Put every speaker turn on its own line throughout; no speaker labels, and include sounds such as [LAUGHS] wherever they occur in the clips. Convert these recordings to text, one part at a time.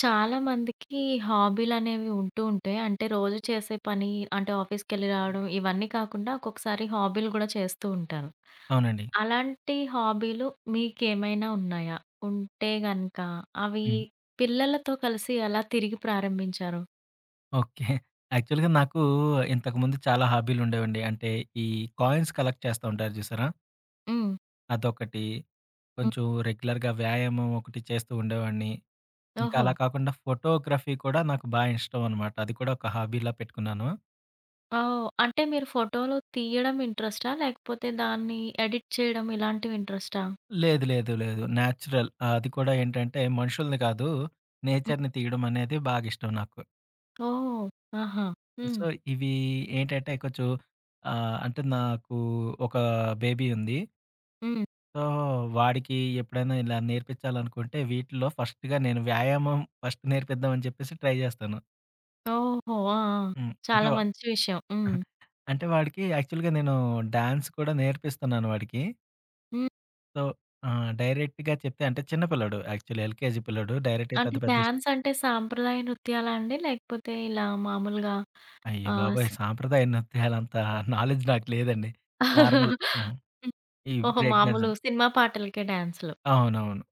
చాలా మందికి హాబీలనేవి ఉంటూ ఉంటాయి. అంటే రోజు చేసే పని అంటే ఆఫీస్‌కెళ్ళి రావడం ఇవన్నీ కాకుండా ఒక్కొక్కసారి హాబీలు గూడా చేస్తూ ఉంటారు.
అవునండి.
అలాంటి హాబీలు మీకేమైనా ఉన్నాయా? ఉంటే గనక అవి
హ్మ్.
పిల్లలతో కలిసి ఎలా తిరిగి ప్రారంభించారు?
ఓకే. యాక్చువల్‌గా నాకు ఇంతకుముందు చాలా హాబీలుండేవండి. అంటే ఈ కాయిన్స్ కలెక్ట్ చేస్తా ఉంటారు చూసారా?
హ్మ్.
అదొకటి.
హ్మ్.
కొంచెం రెగ్యులర్‌గా వ్యాయామం ఒకటి చేస్తూ ఉండేవాడిని. ఇంకా
ఓహో!
అలా కాకుండా ఫోటోగ్రఫీ కూడా నాకు బా ఇష్టం అనమాట. అది కూడా ఒక హాబీలా పెట్టుకున్నాను.
ఓహ్! అంటే మీరు ఫోటోలు తీయడం ఇంట్రెస్టా? లేకపోతే దాన్ని ఎడిట్ చేయడం ఇలాంటివి ఇంట్రెస్టా?
లేదు, లేదు, లేదు. నేచురల్. అది కూడా ఏంటంటే మనుషుల్ని కాదు,
హ్మ్.
నేచర్‌ని తీయడం అనేది బాగా ఇష్టం నాకు.
ఓహ్! ఆహా! హ్మ్.
సో, ఇవి ఏంటంటే కొంచెం అంటే నాకు ఒక బేబీ ఉంది.
హ్మ్.
సో, వాడికి ఎప్పుడైనా ఇలా నేర్పించాలనుకుంటే, వీటిలో ఫస్ట్‌గా నేను వ్యాయామం ఫస్ట్ నేర్పిద్దాం అని చెప్పేసి ట్రై జేస్తాను.
ఓహో! ఆ! ఆ!
హ్మ్. అంటే
చాలా
వా
మంచి విషయం. హ్మ్.
[LAUGHS] అంటే వాడికి యాక్చువల్‌గా నేను డాన్స్ కూడా నేర్పిస్తున్నాను వాడికి.
హ్మ్.
సో, డైరెక్ట్‌గా చెప్తే అంటే చిన్న పిల్లోడు యాక్చువల్లీ ఎల్‌కేజీ పిల్లోడు. డైరెక్ట్‌గా పెద్ద
అంటే
పెద్ద స్
డాన్స్ అంటే సాంప్రదాయ నృత్యాలా అండి? లేకపోతే ఇలా మామూలుగా
అయ్య
ఆహ్,
బాబోయ్!
స్
సాంప్రదాయ నృత్యాలంత [LAUGHS] నాలెడ్జ్ నాకు లేదండి.
[LAUGHS]
నార్మల్.
హ్మ్.
హ్మ్. ఈ
ఓహో!
బ్రేక్ డాన్స్
మామూలు
అంటే
సినిమా పాటలకే డాన్స్‌లు.
అవునవును.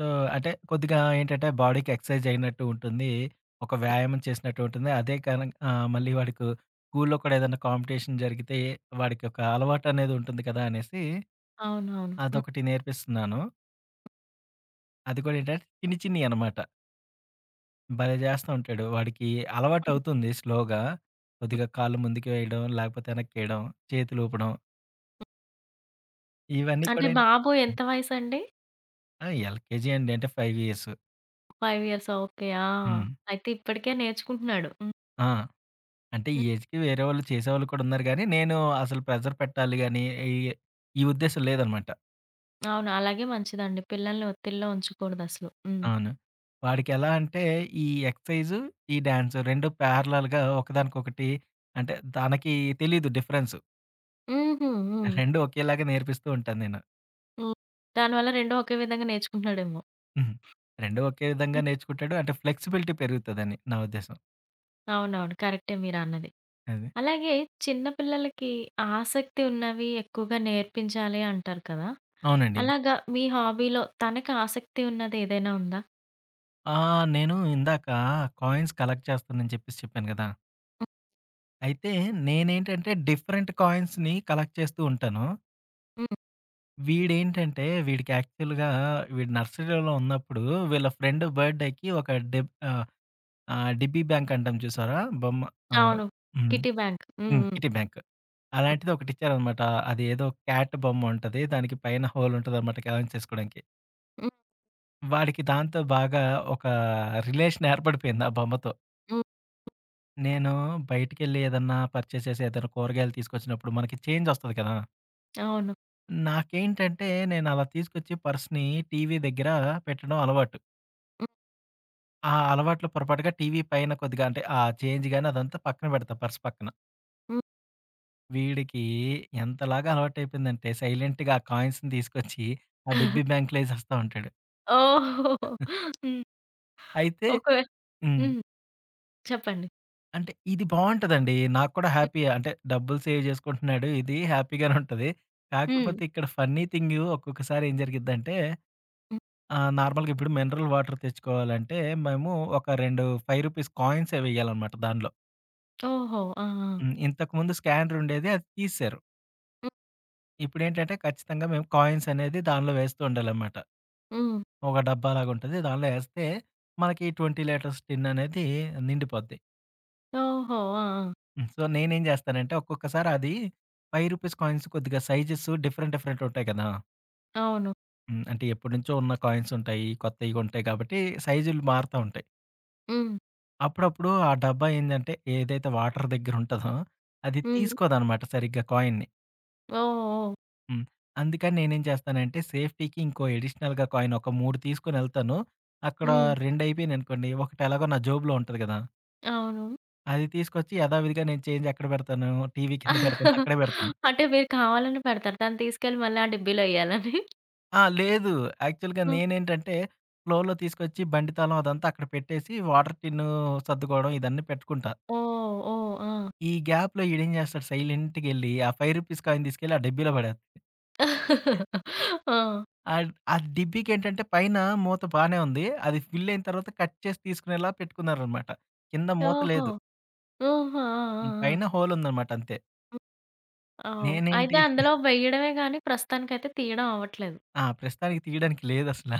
సో, అంటే కొద్దిగా ఏంటంటే బాడీకి ఎక్సర్సైజ్ అయినట్టు ఉంటుంది. ఒక వ్యాయామం చేసినట్టు ఉంటుంది. అదే కాని, మళ్ళీ వాడికి స్కూల్‌లో కూడా ఏదైనా కాంపిటీషన్ జరిగితే వాడికి ఒక అలవాటనేది ఉంటుంది కదా అనేసి
అవునవును. హ్మ్.
అదొకటి నేర్పిస్తున్నాను. అది కూడా ఏంటంటే చిన్ని చిన్నయి అనమాట. భలే చేస్తా ఉంటాడు. వాడికి అలవాటవుతుంది స్లోగా. కొద్దిగా కాళ్ళు ముందుకు వేయడం, లేకపోతే వెనక్కేయడం, చేతులూపడం ఇవన్నీ
అంటే
కూడా ఏంటి.
బాబు ఎంత వయసండి?
ఆ, ఎల్‌కేజీ అండి. అంటే 5 ఇయర్స్.
5 ఇయర్సా? ఓకే. ఆ!
హ్మ్.
అయితే ఇప్పటికే నేర్చుకుంటున్నాడు. హ్మ్.
ఆ, అంటే ఈ
హ్మ్.
ఏజ్‌కి వేరే వాళ్ళు చేసేవాళ్ళు కూడా ఉన్నారు గానీ, నేను అసలు ప్రెషర్ పెట్టాలి గానీ, ఈ ఈ ఉద్దేశ్యం లేదనమాట.
అవును. అలాగే మంచిదండి. పిల్లల్ని ఒత్తిడిలో ఉంచకూడదసలు. హ్మ్.
అవును. వాడికెలా అంటే ఈ ఎక్సర్‌సైజు, ఈ డాన్స్ 2 ప్యారలల్‌గా ఒకదానికొకటి అంటే తనకి తెలీదు డిఫరెన్స్.
హుహు. హ్మ్.
2 ఒకేలాగా నేర్పిస్తూ ఉంటాను నేను.
హ్మ్. దానివల్ల 2 ఒకే విధంగా నేర్చుకుంటున్నాడేమో.
హ్మ్. 2 ఒకే విధంగా
హ్మ్.
నేర్చుకుంటాడు. అంటే ఫ్లెక్సిబిలిటీ పెరుగుతదని నా ఉద్దేశ్యం.
అవునవును. కరెక్టే మీరన్నది.
అది.
అలాగే చిన్న పిల్లలకి ఆసక్తి ఉన్నవి ఎక్కువగా నేర్పించాలి అంటారు కదా!
అవునండి.
అలాగా మీ హాబీలో తనకి ఆసక్తి ఉన్నది ఏదైనా ఉందా?
ఆ, నేను ఇందాక కాయిన్స్ కలెక్ట్ చేస్తానని చెప్పేసి చెప్పాను గదా!
హ్మ్.
అయితే నేనేంటంటే డిఫరెంట్ కాయిన్స్‌ని కలెక్ట్ చేస్తూ ఉంటాను.
హ్మ్.
వీడేంటంటే వీడికి యాక్చువల్‌గా వీడు నర్సరీలో ఉన్నప్పుడు వీళ్ళ ఫ్రెండ్ బర్త్‌డేకి ఒక డిబ్బీ బ్యాంక్ అంటాం చూసారా? బొమ్మ. ఆహ్,
అవును.
హ్మ్.
Kitty bank. హ్మ్.
హ్మ్.
హ్మ్.
Kitty bank. అలాంటిది ఒకటిచ్చారనమాట. అది ఏదో క్యాట్ బొమ్మ ఉంటది. దానికి పైన హోల్ ఉంటదనమాట కలెక్ట్ చేసుకోవడానికి.
హ్మ్.
వాడికి దాంతో బాగా ఒక రిలేషన్ ఏర్పడిపోయింది ఆ బొమ్మతో.
హ్మ్.
నేను బయటికెళ్ళి ఏదన్నా పర్చేస్ చేసి ఏదైనా కూరగాయలు తీసుకొచ్చినప్పుడు మనకి చేంజ్ ఒస్తది కదా!
అవును.
నాకేంటంటే నేను అలా తీసుకొచ్చి పర్స్‌ని టీవీ దగ్గర పెట్టడం అలవాటు.
హ్మ్.
ఆ, అలవాట్లో పొరపాటుగా టీవీ పైన కొద్దిగా అంటే ఆ చేంజ్ గాని అదంతా పక్కన పెడతా పర్స్ పక్కన.
హ్మ్.
వీడికి ఎంతలాగా అలవాటయిపోయిందంటే సైలెంట్‌గా ఆ కాయిన్స్‌ని తీసుకొచ్చి ఆ డిబ్బీ
[LAUGHS]
బ్యాంక్‌లో ఎసేస్తా ఉంటాడు.
ఓహో! హ్మ్.
అయితే
ఒకవే
హ్మ్.
హ్మ్. చెప్పండి.
అంటే ఇది బావుంటదండి. నాకు కూడా హ్యాపీయే. అంటే డబ్బులు సేవ్ చేసుకుంటున్నాడు. ఇది హ్యాపీగానే ఉంటది.
హ్మ్.
కాకపోతే ఇక్కడ ఫన్నీ థింగు ఒక్కొక్కసారి ఏం జరిగిద్దంటే
హ్మ్.
నార్మల్‌గా ఇప్పుడు మినరల్ వాటర్ తెచ్చుకోవాలంటే మేము ఒక 2 రూ. 5 కాయిన్సే వేయాలనమాట దానిలో.
ఓహో! ఆ! ఆ!
హ్మ్. ఇంతకుముందు స్కానర్ ఉండేది, అది తీసేశారు.
హ్మ్.
ఇప్పుడేంటంటే ఖచ్చితంగా మేము కాయిన్స్ అనేది దానిలో వేస్తూ ఉండాలన్నమాట.
హ్మ్.
ఒక డబ్బాలాగా ఉంటది. దానిలో ఏస్తే మనకి 20 లీటర్స్ టిన్ అనేది నిండిపోద్ది.
ఓహో! ఆ! ఆ!
హ్మ్. సో, నేనేం జేస్తానంటే ఒక్కొక్కసారి అది రూ. 5 కాయిన్స్ కొద్దిగా సైజెస్ డిఫరెంట్ డిఫరెంట్ ఉంటాయి కదా!
అవును.
హ్మ్. అంటే ఎప్పటినుంచో ఉన్న కాయిన్స్ ఉంటాయి. కొత్తయి ఉంటాయి కాబట్టి సైజులు మారుతా ఉంటాయి.
హ్మ్.
అప్పుడప్పుడు ఆ డబ్బా ఏందంటే ఏదైతే వాటర్ దగ్గర ఉంటదో అది
హ్మ్.
తీసుకోదనమాట సరిగ్గా కాయిన్‌ని.
ఓహ్! ఓహ్!
హ్మ్. అందుకని నేనేం చేస్తానంటే సేఫ్టీకి ఇంకో అడిషనల్‌గా కాయిన్ ఒక 3 తీసుకొనెళ్తాను. అక్కడ
హ్మ్.
2 అయిపోయినయనుకోండి, ఒకటి ఎలాగో నా జోబులో ఉంటది గదా!
అవును.
అది తీసుకొచ్చి యథావిధిగా నేను చేంజ్ ఎక్కడ పెడతాను, టీవీ కింద పెడతాను, అక్కడే పెడతాను.
అంటే మీరు కావాలని పెడతారు. దాన్ని తీసుకెళ్ళి మళ్ళీ ఆ డిబ్బీలో ఎయ్యాలని?
ఆ, లేదు. యాక్చువల్‌గా
హ్మ్.
నేనేంటంటే ఫ్లోర్‌లో తీసుకొచ్చి బండి తాళం అదంతా అక్కడ పెట్టేసి వాటర్ టిన్ను సర్దుకోవడం ఇదన్నీ పెట్టుకుంటా.
ఓహ్! ఓహ్! ఆ!
ఈ గ్యాప్‌లో ఈడేం చేస్తాడు సైలెంట్‌గెళ్లి ఆ రూ. 5 కాయిన్ తీసుకెళ్ళి ఆ డబ్బీలో పడేస్తాడు.
ఆ!
ఆ డిబ్బీకేంటంటే పైన మూత బానే ఉంది. అది ఫిల్ అయిన తర్వాత కట్ చేసి తీసుకునేలా పెట్టుకున్నారనమాట. కింద మూత
ఓహో!
లేదు.
ఆహా! ఆ!
హ్మ్.
ఆ! ఆ!
పైన హోల్ ఉందనమాట అంతే.
హ్మ్. ఓహ్! అయితే
నేనేంటి.
అందులో వెయ్యడమే గానీ ప్రస్తుతానికైతే తీయడం అవ్వట్లేదు.
ఆ, ప్రస్తుతానికి తీయడానికి లేదసల.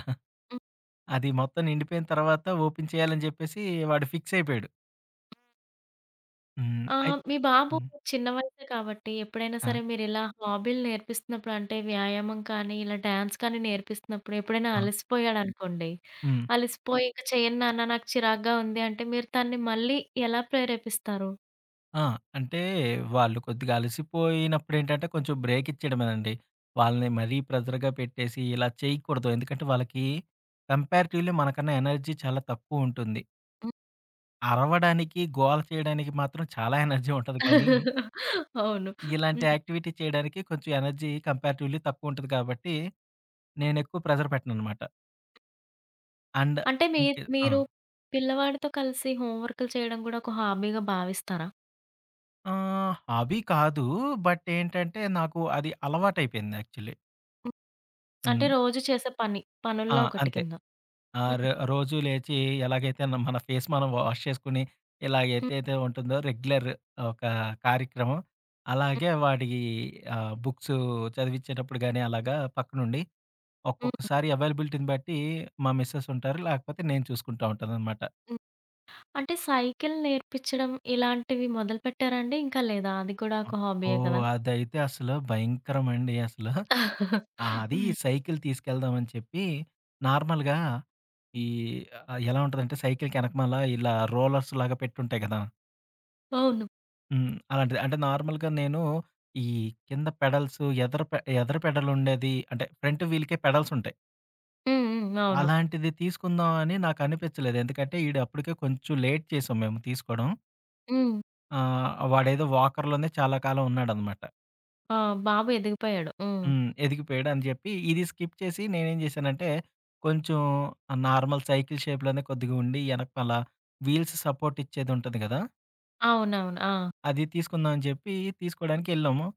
హ్మ్.
అది మొత్తం నిండిపోయిన తర్వాత ఓపెన్ చేయాలని చెప్పేసి వాడు ఫిక్స్ అయిపోయాడు. హ్మ్.
ఆహ్, మీ బాబు
హ్మ్.
చిన్న వయసే కాబట్టి ఎప్పుడైనా
ఆ.
సరే మీరిలా హాబీలు నేర్పిస్తున్నప్పుడు అంటే వ్యాయామం కానీ, ఇలా డాన్స్ కానీ నేర్పిస్తున్నప్పుడు ఎప్పుడైనా
అవును.
అలసిపోయాడనుకోండి,
హ్మ్.
అలసిపోయి "ఇంక చేయను నాన్న నాకు చిరాగ్గా ఉంది" అంటే మీరు తనని మళ్ళీ ఎలా ప్రేరేపిస్తారు?
ఆ, అంటే వాళ్ళు కొద్దిగా అలసిపోయినప్పుడేంటంటే కొంచెం బ్రేక్ ఇచ్చేయడమేనండి. వాళ్ళని మరీ ప్రెజర్‌గా పెట్టేసి ఇలా చేయకూడదు. ఎందుకంటే వాళ్ళకి కంపారిటివ్‌లీ మనకన్నా ఎనర్జీ చాలా తక్కువ ఉంటుంది.
[LAUGHS]
అరవడానికి, గోల చేయడానికి మాత్రం చాలా ఎనర్జీ ఉంటది కానీ,
హ్మ్. అవును.
ఇలాంటి
హ్మ్.
యాక్టివిటీ చేయడానికి కొంచెం ఎనర్జీ కంపారిటివ్‌లీ తక్కువుంటది కాబట్టి, నేనెక్కువ ప్రెషర్ పెట్టననమాట. అండ్
అంటే మీ
ఇంకే. ఆ,
మీరు పిల్లవాడితో కలిసి హోమ్ వర్క్‌లు చేయడం గూడా ఒక హాబీగా భావిస్తారా?
హాబీ కాదు. బట్ ఏంటంటే, నాకు అది అలవాటయిపోయింది యాక్చువల్లీ.
హ్మ్. అంటే
హ్మ్.
రోజు చేసే పని.
ఆ,
పనుల్లో ఒకటి
అంతే.
కింద. హ్మ్.
రోజు లేచి ఎలాగైతే మన ఫేస్ మనం వాష్ చేసుకొని,
హ్మ్.
ఇలాగేదైతే ఉంటుందో రెగ్యులర్ ఒక కార్యక్రమం, అలాగే వాడి బుక్సు చదివిచ్చేటప్పుడు గానీ అలాగా పక్కనుండి
హ్మ్.
ఒక్కొక్కసారి అవైలబిలిటీని బట్టి మా మిసెస్ ఉంటారు. లేకపోతే నేను చూసుకుంటా ఉంటాననమాట.
హ్మ్. అంటే సైకిల్ నేర్పించడం ఇలాంటివి మొదలుపెట్టారా అండి? ఇంకా లేదా? అది కూడా ఒక
అబ్బో!
హాబీయే కదా!
అదైతే అసలు భయంకరమండి అసలు. అది
హ్మ్.
సైకిల్ తీసుకెళ్దామని చెప్పి నార్మల్‌గా ఈ ఎలా ఉంటదంటే సైకిల్‌కి ఎనకమాల ఇలా రోలర్స్ లాగా పెట్టుంటాయి కదా!
అవును.
హ్మ్. అలాంటిది. అంటే నార్మల్‌గా నేను ఈ కింద పెడల్స్ ఎదర పెడల్ ఉండేది అంటే ఫ్రంట్ వీల్‌కే పెడల్స్ ఉంటాయి.
హ్మ్. హ్మ్. అవును.
అలాంటిది తీసుకుందాం అని నాకు అనిపించలేదు. ఎందుకంటే ఈడు అప్పటికే కొంచెం లేట్ చేసాం మేము తీసుకోవడం.
హ్మ్.
ఆ, వాడేదో వాకర్‌లోనే చాలా కాలం ఉన్నాడనమాట.
ఆ! బాబు ఎదిగిపోయాడు. హ్మ్.
హ్మ్. ఎదిగిపోయాడు అని చెప్పి ఇది స్కిప్ చేసి నేనేం చేశానంటే, కొంచెం నార్మల్ సైకిల్ షేప్‌లోనే కొద్దిగా ఉండి ఎనకమాల వీల్స్ సపోర్ట్ ఇచ్చేది ఉంటది కదా!
అవునవును. ఆ!
అది తీసుకుందాం అని చెప్పి తీసుకోవడానికి వెళ్ళాము.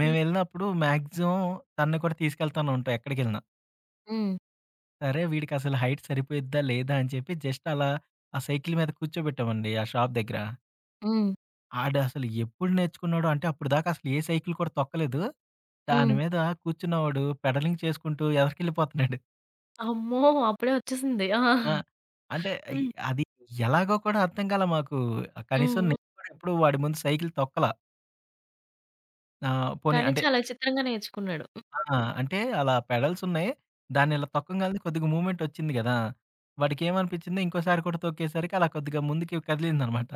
మేము
హ్మ్.
వెళ్ళినప్పుడు మాక్సిమం తనని కూడా తీసుకెళ్తానే ఉంటాం ఎక్కడికెళ్ళినా.
హ్మ్.
సరే వీడికసలు హైట్ సరిపోయిద్దా లేదా అని చెప్పి జస్ట్ అలా ఆ సైకిల్ మీద కూర్చోబెట్టామండి ఆ షాప్ దగ్గర.
హ్మ్.
ఆడసలు ఎప్పుడు నేర్చుకున్నాడో అంటే అప్పటిదాకా అసలు ఏ సైకిల్ కూడా తొక్కలేదు. దాని
హ్మ్.
మీద కూర్చున్నవాడు పెడలింగ్ చేసుకుంటూ ఎదరికెళ్ళిపోతున్నాడు.
అమ్మో! అప్పుడే వచ్చేసింది. ఆ!
ఆ, అంటే
హ్మ్.
అయి
హ్మ్.
అది ఎలాగో కూడా అర్థం కాలా మాకు. కనీసం
హ్మ్.
నేను కూడా ఎప్పుడు వాడి ముందు సైకిల్ తొక్కలా. పోనీ
కానీ
అంటే
చాలా విచిత్రంగా నేర్చుకున్నాడు.
ఆ, అంటే అలా పెడల్స్ ఉన్నాయి. దాన్ని ఇలా తొక్కంగాల్నే కొద్దిగా మూవ్‌మెంట్ వచ్చింది గదా! వాడికేమనిపించింది ఇంకోసారి కూడా తొక్కేసరికి అలా కొద్దిగా ముందుకి కదిలిందనమాట.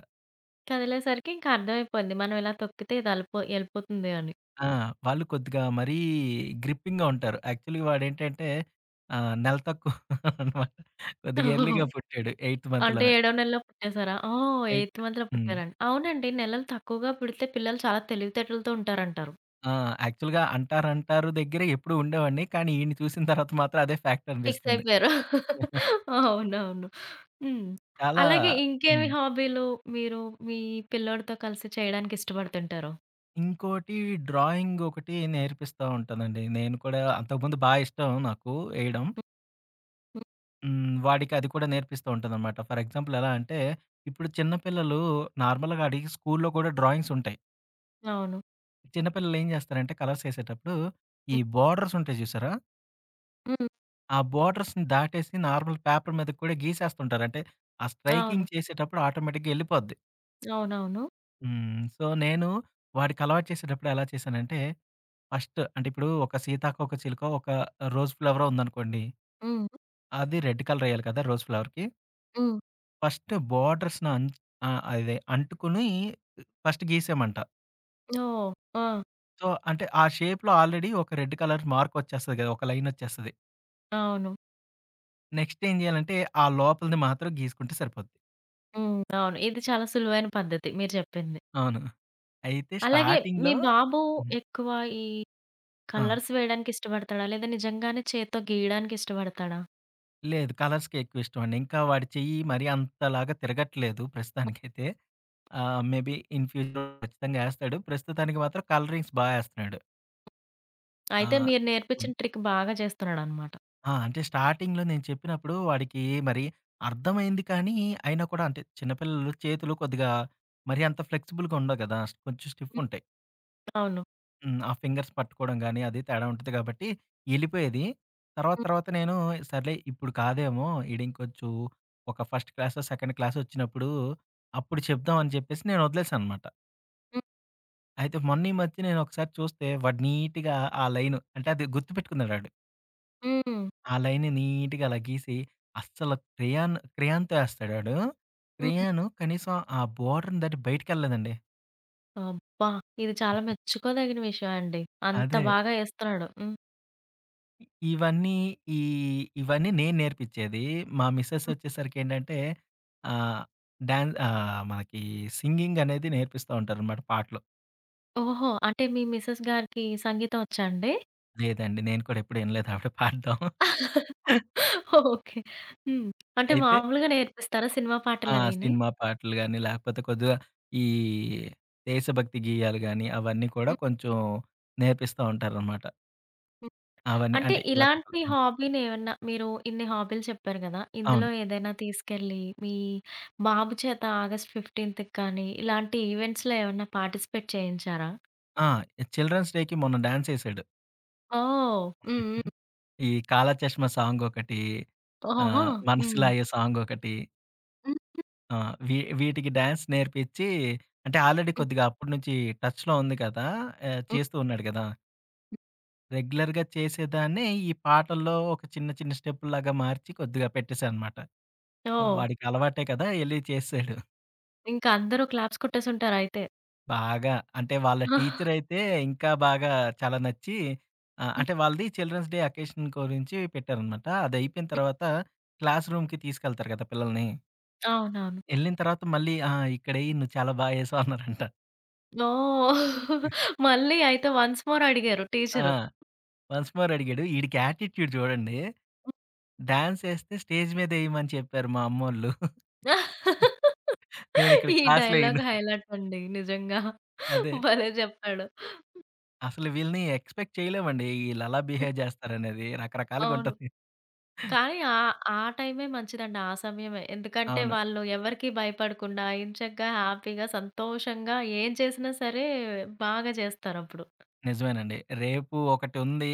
కదిలేసరికి ఇంకా అర్థమైపోయింది. మనం ఇలా తొక్కితే ఇది అలిపో ఎళ్ళిపోతుంది అని.
ఆ, వాళ్ళు కొద్దిగా మరీ గ్రిప్పింగ్‌గా ఉంటారు. యాక్చువల్‌గా వాడేంటంటే నెల తక్కువ [LAUGHS] అనమాట. కొద్దిగా
ఓహ్!
ఎర్లీగా [LAUGHS] పుట్టాడు. ఎయిత్
అంటే
మంత్‌లోనే.
ఏడో నెలలో పుట్టేసారా? ఓహ్!
ఎయిత్
ఎయిత్ మంత్‌లో
హ్మ్.
పుట్టారండి. అవునండి. నెలలు తక్కువగా పుడితే పిల్లలు చాలా తెలివితేటలతో ఉంటారంటారు.
ఆ, యాక్చువల్‌గా అంటారు దగ్గర ఎప్పుడూ ఉండేవాడిని. కానీ ఈడిని చూసిన తర్వాత మాత్రం అదే ఫ్యాక్ట్
ఫిక్స్
అనిపిస్తుంది.
అయిపోయారు. అవునవును. హ్మ్.
చాలా
అలాగే ఇంకేమి
హ్మ్.
హాబీలు మీరు మీ పిల్లోడితో కలిసి చేయడానికి ఇష్టపడుతుంటారు?
ఇంకోటి డ్రాయింగ్ ఒకటి నేర్పిస్తా ఉంటానండి. నేను కూడా అంతకుముందు బా ఇష్టం నాకు ఎయడం.
హ్మ్.
హ్మ్. వాడికి అది కూడా నేర్పిస్తూ ఉంటాననమాట. ఫర్ ఎగ్జాంపుల్ ఎలా అంటే, ఇప్పుడు చిన్న పిల్లలు నార్మల్‌గా ఆడికి స్కూల్‌లో కూడా డ్రాయింగ్స్ ఉంటాయి.
అవును.
చిన్న పిల్లలు ఏం చేస్తారంటే కలర్స్ ఏసేటప్పుడు, ఈ
హ్మ్.
బోర్డర్స్ ఉంటాయి చూసారా?
హ్మ్.
ఆ బోర్డర్స్‌ని దాటేసి నార్మల్ పేపర్ మీదకి కూడా గీసేస్తుంటారు. అంటే ఆ
అవును.
స్ట్రైకింగ్ చేసేటప్పుడు ఆటోమేటిక్‌గా ఎళ్ళిపోద్ది.
అవునవును.
హ్మ్. సో, నేను వాడికి అలవాటు చేసేటప్పుడు ఎలా చేశానంటే, ఫస్ట్ అంటే ఇప్పుడు ఒక సీతాకోకచిలుకో, ఒక రోజ్ ఫ్లవరో ఉందనుకోండి.
హ్మ్.
అది రెడ్ కలర్ ఎయాలి కదా! రోజ్ ఫ్లవర్‌కి.
హ్మ్.
ఫస్ట్ బోర్డర్స్‌ని అన్ ఆ, అదే అంటుకుని ఫస్ట్ గీసామంట.
ఓహ్! ఆ!
సో, అంటే ఆ షేప్‌లో ఆల్రెడీ ఒక రెడ్ కలర్ మార్కొచ్చేస్తది కదా! ఒక లైనొచ్చేస్తది.
అవును.
నెక్స్ట్ ఏం చేయాలంటే ఆ లోపలిది మాత్రం గీసుకుంటే సరిపోద్ది.
హ్మ్. అవును. ఇది చాలా సులువైన పద్ధతి మీరు చెప్పింది.
అవును. అయితే
అలాగే మీ
స్టార్టింగ్‌లో
బాబు
హ్మ్.
ఎక్కువ ఈ
ఆ,
కలర్స్ వేయడానికి ఇష్టపడతాడా? లేదా నిజంగానే చేత్తో గీయడానికి ఇష్టపడతాడా?
లేదు, కలర్స్‌కే ఎక్కువ ఇష్టం అండి. ఇంకా వాడి చెయ్యి మరీ అంతలాగా తిరగట్లేదు ప్రస్తుతానికైతే. మేబీ ఇన్ ఫ్యూచర్‌లో ఖచ్చితంగా ఏస్తాడు. ప్రస్తుతానికి మాత్రం కలరింగ్స్ బా ఏస్తన్నాడు. ఆ.
అయితే మీరు నేర్పించిన ట్రిక్ బాగా చేస్తున్నాడనమాట.
ఆ, అంటే స్టార్టింగ్‌లో నేను చెప్పినప్పుడు వాడికి మరి అర్థమైంది కానీ, అయినా కూడా అంటే చిన్నపిల్లలు చేతులు కొద్దిగా మరి అంత ఫ్లెక్సిబుల్‌గా ఉండవు కదా! కొంచెం స్టిఫ్
హ్మ్.
ఉంటాయి.
అవును.
హ్మ్. ఆ ఫింగర్స్ పట్టుకోవడం గాని అది తేడా ఉంటది కాబట్టి ఎళ్ళిపోయేది. తర్వాత
హ్మ్.
తర్వాత నేను సర్లే ఇప్పుడు కాదేమో ఈడింకొంచెం ఒక ఫస్ట్ క్లాసో, సెకండ్ క్లాసో వచ్చినప్పుడు అప్పుడు చెప్దాం అని చెప్పేసి నేను వదిలేసాననమాట. అయితే మొన్న ఈ మధ్య నేను ఒకసారి చూస్తే వాడు నీట్‌గా ఆ లైను అంటే అది గుర్తుపెట్టుకున్నాడాడు.
హ్మ్. హ్మ్.
ఆ లైన్‌ని నీట్‌గా అలా గీసి, అస్సలు క్రేయాన్‌తో ఏస్తాడు ఆడు.
హ్మ్.
క్రేయాను కనీసం ఆ బోర్డర్‌ని దాటి బయటికెళ్ళలేదండి.
అబ్బా! ఇది చాలా మెచ్చుకోదగిన విషయం అండి. అంత
అదే.
బాగా ఏస్తున్నాడు. హ్మ్.
ఇ ఇవన్నీ ఈ ఇవన్నీ నేను నేర్పిచ్చేది. మా మిసెస్
హ్మ్.
వచ్చేసరికేంటంటే ఆహ్, మనకి సింగింగ్ అనేది నేర్పిస్తా ఉంటారనమాట పాటలు.
ఓహో! అంటే మీ మిసెస్ గారికి సంగీతం వచ్చా అండి?
లేదండి. నేను కూడా ఎప్పుడు ఇనలేదు ఆవిడ పాడడం.
ఓకే. హ్మ్. అంటే
అయితే
మామూలుగా నేర్పిస్తారా సినిమా
ఆ,
పాటలవిని?
సినిమా పాటలు గాని, లేకపోతే కొద్దిగా ఈ దేశభక్తి గేయాలు గాని, అవన్నీ కూడా
హ్మ్.
కొంచెం నేర్పిస్తా ఉంటారనమాట. అవన్నీ
అంటే
అంటే ఎలా తిప్పాలి.
ఇలాంటి
హ్మ్.
హాబీని ఏమన్నా మీరు ఇన్ని హాబీలు చెప్పారు కదా!
అవును.
ఇందులో ఏదైనా తీసుకెళ్ళి మీ బాబు చేత ఆగస్ట్ 15 కానీ, ఇలాంటి ఈవెంట్స్‌లో ఏమన్నా పార్టిసిపేట్ చేయించారా?
ఆ, చిల్డ్రన్స్ డేకి మొన్న డాన్సేసాడు.
ఓహ్! హ్మ్. హ్మ్.
ఈ 'కాలా చష్మా' సాంగొకటి,
ఓహో! హ్మ్.
'మనసులాయే' సాంగొకటి.
హ్మ్.
ఆ, వీటికి డాన్స్ నేర్పించి అంటే ఆల్రెడీ
హ్మ్.
కొద్దిగా అప్పటి నుంచి టచ్‌లో ఉంది కదా!
హ్మ్.
చేస్తూ ఉన్నాడు కదా! రెగ్యులర్‌గా చేసేదాన్నే ఈ పాటల్లో ఒక చిన్న చిన్న స్టెప్పుల్లాగా మార్చి కొద్దిగా పెట్టేసాననమాట.
ఓహ్!
వాడికి అలవాటే కదా! ఎళ్లి చేసేసాడు.
ఇంకా అందరూ క్లాప్స్ కొట్టేసుంటారయితే.
బాగా. అంటే వాళ్ళ
హ్మ్.
టీచరైతే ఇంకా బాగా చాలా నచ్చి, అంటే
[LAUGHS]
వాళ్ళది చిల్డ్రన్స్ డే అకేషన్ గురించి పెట్టారనమాట. అదయిపోయిన తర్వాత క్లాస్ రూమ్‌కి తీసుకెళ్తారు కదా! పిల్లల్ని.
అవునవును.
ఎళ్ళిన తర్వాత మళ్ళీ ఆ, ఇక్కడెయి నువ్వు చాలా బా ఏసావు అన్నారంట.
ఓహ్! మళ్ళీ అయితే వన్స్ మోర్ అడిగారు
ఆ,
టీచరు.
వన్స్ మోర్ అడిగాడు. ఈడికి యాటిట్యూడ్ చూడండి. డాన్స్ ఏస్తే స్టేజ్ మీద ఏయమని చెప్పారు మా అమ్మోళ్ళు. నేనిక్కడ
ఈ
క్లాస్‌లో
డైలాగ్
ఎయను.
హైలైట్ అండి నిజంగా.
అదే.
భలే చెప్పాడు.
అసలు వీళ్ళని ఎక్స్‌పెక్ట్ చేయలేమండి. ఈళ్ళు అలా
హ్మ్.
బిహేవ్ చేస్తారనేది
అవును.
రకరకాలుగుంటది.
కానీ ఆ టైమే మంచిదండి. ఆ సమయమే. ఎందుకంటే
అవును.
వాళ్ళు ఎవరికీ భయపడకుండా ఎంచక్కా హ్యాపీగా, సంతోషంగా ఏం చేసినా సరే బాగా చేస్తారప్పుడు.
నిజమేనండి. రేపు ఒకటుంది.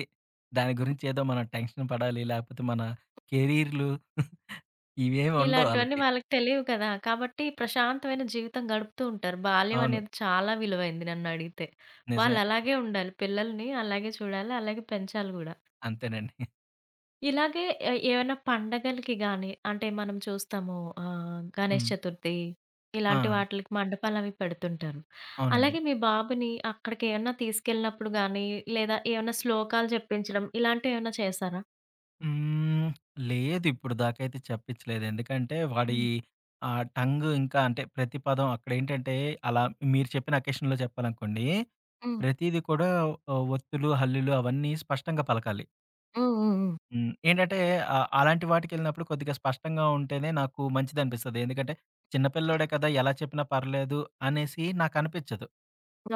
దాని గురించి ఏదో మనం టెన్షన్ పడాలి. లేకపోతే మన కెరీర్‌లు ఇవేమి ఉండవు
ఇలాంటివన్నీ
ఆళ్ళకి.
వాళ్ళకి తెలియవు కదా! కాబట్టి ప్రశాంతమైన జీవితం గడుపుతూ ఉంటారు. బాల్యం
అవును.
అనేది చాలా విలువైంది నన్నడిగితే.
నిజమే.
వాళ్ళలాగే ఉండాలి. పిల్లల్ని అలాగే చూడాలి. అలాగే పెంచాలి గూడా.
అంతేనండి.
ఇలాగే ఏవైనా పండగలకి గాని, అంటే మనం చూస్తాము గణేష్
హ్మ్.
చతుర్థి ఇలాంటి
ఆ.
వాటిలకి మండపాలవి పెడుతుంటారు.
అవునండి.
అలాగే మీ బాబుని అక్కడికేమన్నా తీసుకెళ్ళినప్పుడు గానీ, లేదా ఏమన్నా శ్లోకాలు చెప్పించడం ఇలాంటివేమన్నా చేశారా?
హ్మ్. లేదు, ఇప్పుడు దాకా అయితే చెప్పించలేదు. ఎందుకంటే వాడి
హ్మ్.
టంగ్ ఇంకా అంటే ప్రతి పదం అక్కడేంటంటే అలా మీరు చెప్పిన అకేషన్‌లో చెప్పాలనుకోండి.
హ్మ్.
ప్రతీది కూడా ఒత్తులు, హల్లులు అవన్నీ స్పష్టంగా పలకాలి.
హ్మ్. హ్మ్. హ్మ్.
హ్మ్. ఏంటంటే అలాంటి వాటికెళ్ళినప్పుడు కొద్దిగా స్పష్టంగా ఉంటేనే నాకు మంచిదనిపిస్తది. ఎందుకంటే చిన్న పిల్లోడే కదా! ఎలా చెప్పినా పర్లేదు అనేసి నాకనిపిచ్చదు.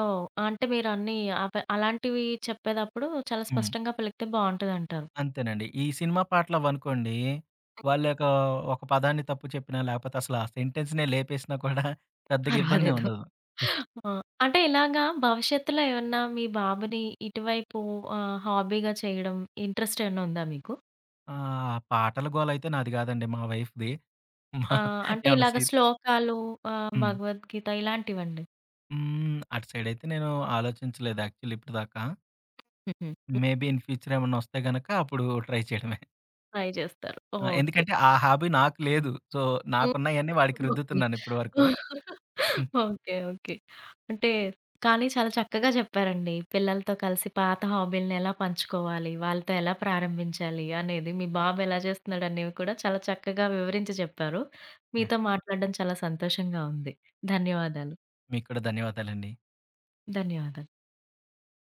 ఓహ్! అంటే మీరన్నీ అవ అలాంటివి చెప్పేదప్పుడు చాలా
హ్మ్.
స్పష్టంగా పలికితే బావుంటదంటారు.
అంతేనండి. ఈ సినిమా పాటలవనుకోండి వాళ్ళొక ఒక పదాన్ని తప్పు చెప్పినా లేకపోతే అసలు ఆ సెంటెన్స్‌నే లేపేసినా కూడా పెద్దగా
పర్వాలేదు.
ఇబ్బందేముండదు.
ఆ! అంటే ఇలాగా భవిష్యత్తులో ఏమన్నా మీ బాబుని ఇటువైపు హాబీగా చేయడం ఇంట్రెస్ట్ ఏమన్నా ఉందా మీకు?
పాటల గోలయితే నాది గాదండి మా వైఫ్‌ది. మా
ఆ! అంటే
ఏమన్నా
ఇలాగ
సీర్
శ్లోకాలు
హ్మ్.
భగవద్గీత ఇలాంటివండి.
హ్మ్. అటు సైడయితే నేను ఆలోచించలేదు యాక్చువల్లీ ఇప్పటిదాకా.
హుహు.
మేబీ ఇన్ ఫ్యూచర్ ఏమన్నా వస్తే గనక అప్పుడు ట్రై చేయడమే.
ట్రై జేస్తారు.
ఆ,
ఓకే.
ఎందుకంటే ఆ హాబీ నాకు లేదు. సో,
హ్మ్.
నాకున్నయన్నీ వాడికి
ఓకే.
రుద్దుతున్నాను ఇప్పటి వరకు. [LAUGHS]
ఓకే. ఓకే. అంటే కానీ చాలా చక్కగా చెప్పారండి. పిల్లలతో కలిసి పాత హాబీలని ఎలా పంచుకోవాలి, వాళ్ళతో ఎలా ప్రారంభించాలి అనేది, మీ బాబు ఎలా చేస్తున్నాడనేవి కూడా చాలా చక్కగా వివరించి చెప్పారు.
యాహ్!
మీతో మాట్లాడడం చాలా సంతోషంగా ఉంది. ధన్యవాదాలు.
మీకు కూడా ధన్యవాదాలండి.
ధన్యవాదాలు.